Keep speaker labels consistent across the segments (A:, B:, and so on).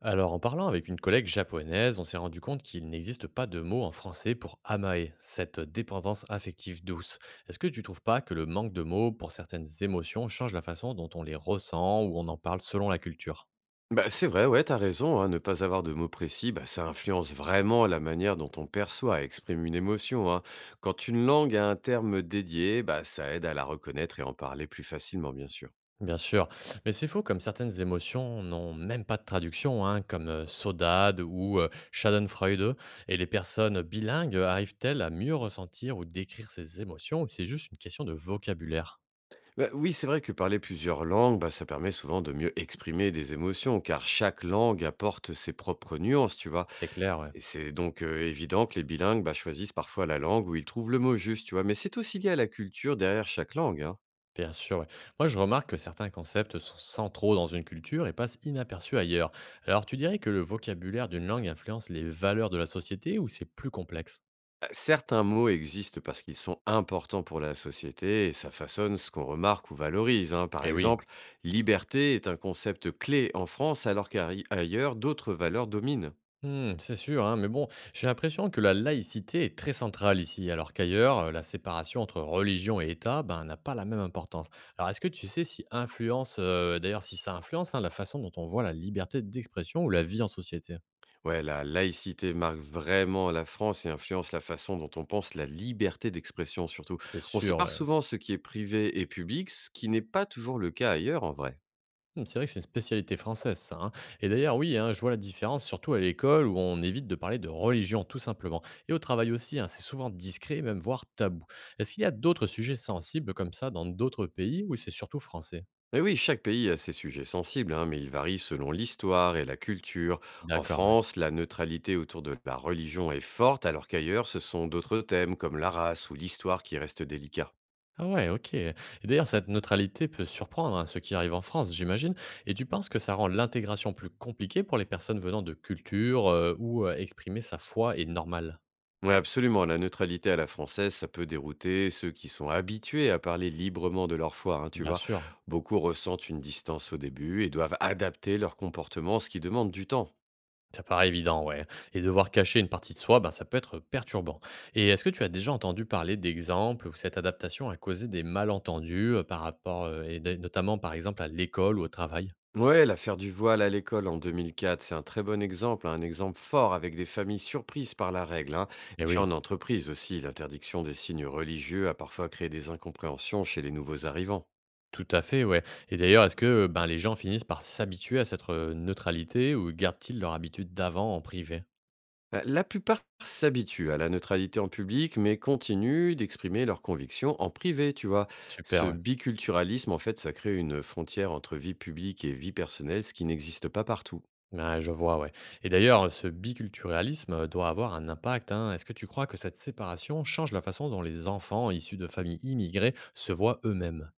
A: Alors, en parlant avec une collègue japonaise, on s'est rendu compte qu'il n'existe pas de mot en français pour amae, cette dépendance affective douce. Est-ce que tu trouves pas que le manque de mots pour certaines émotions change la façon dont on les ressent ou on en parle selon la culture?
B: Bah, c'est vrai, ouais, t'as raison, hein, ne pas avoir de mots précis, bah, ça influence vraiment la manière dont on perçoit, exprime une émotion, hein. Quand une langue a un terme dédié, bah, ça aide à la reconnaître et en parler plus facilement, bien sûr.
A: Bien sûr, mais c'est faux comme certaines émotions n'ont même pas de traduction, hein, comme saudade ou schadenfreude, et les personnes bilingues arrivent-elles à mieux ressentir ou décrire ces émotions ou c'est juste une question de vocabulaire?
B: Bah oui, c'est vrai que parler plusieurs langues, bah, ça permet souvent de mieux exprimer des émotions, car chaque langue apporte ses propres nuances, tu vois.
A: C'est clair, ouais.
B: Et c'est donc évident que les bilingues, bah, choisissent parfois la langue où ils trouvent le mot juste, tu vois. Mais c'est aussi lié à la culture derrière chaque langue, hein.
A: Bien sûr, ouais. Moi, je remarque que certains concepts sont centraux dans une culture et passent inaperçus ailleurs. Alors, tu dirais que le vocabulaire d'une langue influence les valeurs de la société ou c'est plus complexe?
B: Bah, certains mots existent parce qu'ils sont importants pour la société et ça façonne ce qu'on remarque ou valorise, hein. Par
A: Eh oui.
B: exemple, liberté est un concept clé en France alors qu'ailleurs, d'autres valeurs dominent.
A: Hmm, c'est sûr, hein, mais bon, j'ai l'impression que la laïcité est très centrale ici, alors qu'ailleurs, la séparation entre religion et État ben, n'a pas la même importance. Alors, est-ce que tu sais si influence, d'ailleurs, si ça influence hein, la façon dont on voit la liberté d'expression ou la vie en société?
B: Ouais, la laïcité marque vraiment la France et influence la façon dont on pense la liberté d'expression surtout.
A: C'est
B: On
A: sûr,
B: sépare
A: ouais.
B: souvent ce qui est privé et public, ce qui n'est pas toujours le cas ailleurs en vrai.
A: Mmh, c'est vrai que c'est une spécialité française ça, hein. Et d'ailleurs, oui, hein, je vois la différence, surtout à l'école où on évite de parler de religion, tout simplement. Et au travail aussi, hein, c'est souvent discret, même voire tabou. Est-ce qu'il y a d'autres sujets sensibles comme ça dans d'autres pays où c'est surtout français?
B: Et oui, chaque pays a ses sujets sensibles, hein, mais ils varient selon l'histoire et la culture. En
A: D'accord, ouais.
B: France, la neutralité autour de la religion est forte, alors qu'ailleurs, ce sont d'autres thèmes comme la race ou l'histoire qui restent délicats.
A: Ah ouais, ok. Et d'ailleurs, cette neutralité peut surprendre hein, ceux qui arrivent en France, j'imagine. Et tu penses que ça rend l'intégration plus compliquée pour les personnes venant de cultures où exprimer sa foi est normal?
B: Oui, absolument, la neutralité à la française, ça peut dérouter ceux qui sont habitués à parler librement de leur foi, hein, tu
A: Bien
B: vois.
A: sûr.
B: Beaucoup ressentent une distance au début et doivent adapter leur comportement, ce qui demande du temps.
A: Ça paraît évident, ouais. Et devoir cacher une partie de soi, ben, ça peut être perturbant. Et est-ce que tu as déjà entendu parler d'exemples où cette adaptation a causé des malentendus par rapport, notamment par exemple à l'école ou au travail?
B: Ouais, l'affaire du voile à l'école en 2004, c'est un très bon exemple, hein, un exemple fort avec des familles surprises par la règle, hein.
A: Eh
B: Et puis
A: oui,
B: en entreprise aussi, l'interdiction des signes religieux a parfois créé des incompréhensions chez les nouveaux arrivants.
A: tout à fait, ouais. Et d'ailleurs, est-ce que ben, les gens finissent par s'habituer à cette neutralité ou gardent-ils leur habitude d'avant en privé?
B: La plupart s'habituent à la neutralité en public, mais continuent d'exprimer leurs convictions en privé, tu vois.
A: Super,
B: Ce
A: ouais.
B: biculturalisme, en fait, ça crée une frontière entre vie publique et vie personnelle, ce qui n'existe pas partout.
A: Ouais, je vois, ouais. Et d'ailleurs, ce biculturalisme doit avoir un impact, hein. Est-ce que tu crois que cette séparation change la façon dont les enfants issus de familles immigrées se voient eux-mêmes?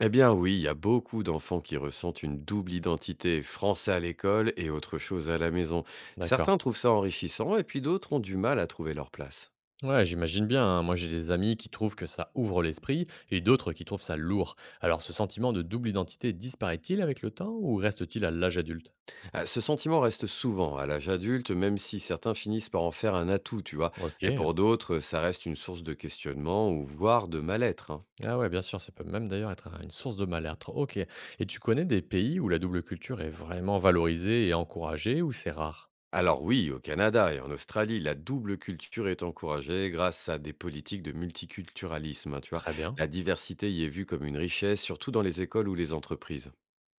B: Eh bien oui, il y a beaucoup d'enfants qui ressentent une double identité, français à l'école et autre chose à la maison. Certains
A: D'accord.
B: trouvent ça enrichissant et puis d'autres ont du mal à trouver leur place.
A: Ouais, j'imagine bien, hein. Moi, j'ai des amis qui trouvent que ça ouvre l'esprit et d'autres qui trouvent ça lourd. Alors, ce sentiment de double identité disparaît-il avec le temps ou reste-t-il à l'âge adulte?
B: Ah, ce sentiment reste souvent à l'âge adulte, même si certains finissent par en faire un atout, tu vois. Et
A: Ok.
B: pour d'autres, ça reste une source de questionnement ou voire de mal-être, hein.
A: Ah ouais, bien sûr, ça peut même d'ailleurs être une source de mal-être. Ok. Et tu connais des pays où la double culture est vraiment valorisée et encouragée ou c'est rare?
B: Alors oui, au Canada et en Australie, la double culture est encouragée grâce à des politiques de multiculturalisme, hein, tu vois.
A: Très bien.
B: La diversité y est vue comme une richesse, surtout dans les écoles ou les entreprises.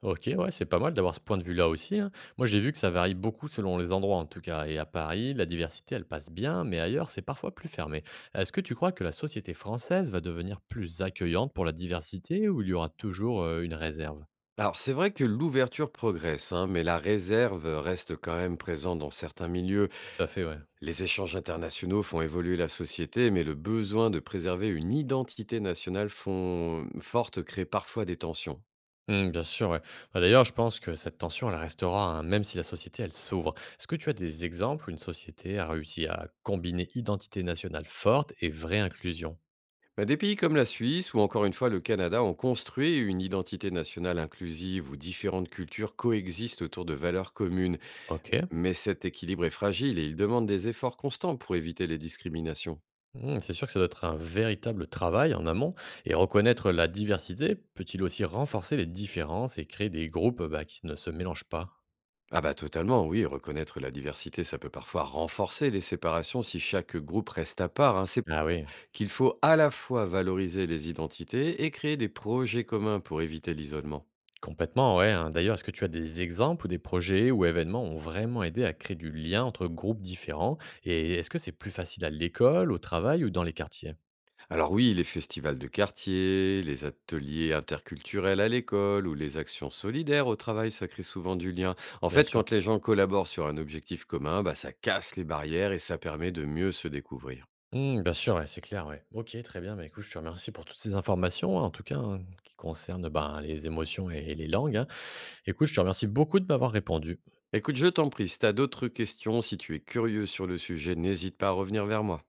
A: OK, ouais, c'est pas mal d'avoir ce point de vue-là aussi, hein. Moi, j'ai vu que ça varie beaucoup selon les endroits, en tout cas. Et à Paris, la diversité, elle passe bien, mais ailleurs, c'est parfois plus fermé. Est-ce que tu crois que la société française va devenir plus accueillante pour la diversité ou il y aura toujours une réserve?
B: Alors, c'est vrai que l'ouverture progresse, hein, mais la réserve reste quand même présente dans certains milieux.
A: Tout à fait, ouais.
B: Les échanges internationaux font évoluer la société, mais le besoin de préserver une identité nationale forte crée parfois des tensions.
A: Hmm, bien sûr, ouais. Bah, d'ailleurs, je pense que cette tension, elle restera, hein, même si la société, elle s'ouvre. Est-ce que tu as des exemples où une société a réussi à combiner identité nationale forte et vraie inclusion?
B: Bah, des pays comme la Suisse ou encore une fois le Canada ont construit une identité nationale inclusive où différentes cultures coexistent autour de valeurs communes.
A: OK.
B: Mais cet équilibre est fragile et il demande des efforts constants pour éviter les discriminations.
A: Mmh, c'est sûr que ça doit être un véritable travail en amont et reconnaître la diversité peut-il aussi renforcer les différences et créer des groupes bah, qui ne se mélangent pas?
B: Ah bah totalement, oui, reconnaître la diversité, ça peut parfois renforcer les séparations si chaque groupe reste à part, hein. C'est
A: Ah oui,
B: qu'il faut à la fois valoriser les identités et créer des projets communs pour éviter l'isolement.
A: complètement, ouais, hein. D'ailleurs, est-ce que tu as des exemples ou des projets ou événements ont vraiment aidé à créer du lien entre groupes différents? Et est-ce que c'est plus facile à l'école, au travail ou dans les quartiers?
B: Alors oui, les festivals de quartier, les ateliers interculturels à l'école ou les actions solidaires au travail, ça crée souvent du lien. En
A: Bien
B: fait,
A: sûr.
B: quand les gens collaborent sur un objectif commun, bah, ça casse les barrières et ça permet de mieux se découvrir.
A: Mmh, bien sûr, ouais, c'est clair, ouais. Ok, très bien. Bah, écoute, je te remercie pour toutes ces informations, hein, en tout cas, hein, qui concernent bah, les émotions et les langues, hein. Écoute, je te remercie beaucoup de m'avoir répondu.
B: Écoute, je t'en prie, si t'as d'autres questions, si tu es curieux sur le sujet, n'hésite pas à revenir vers moi.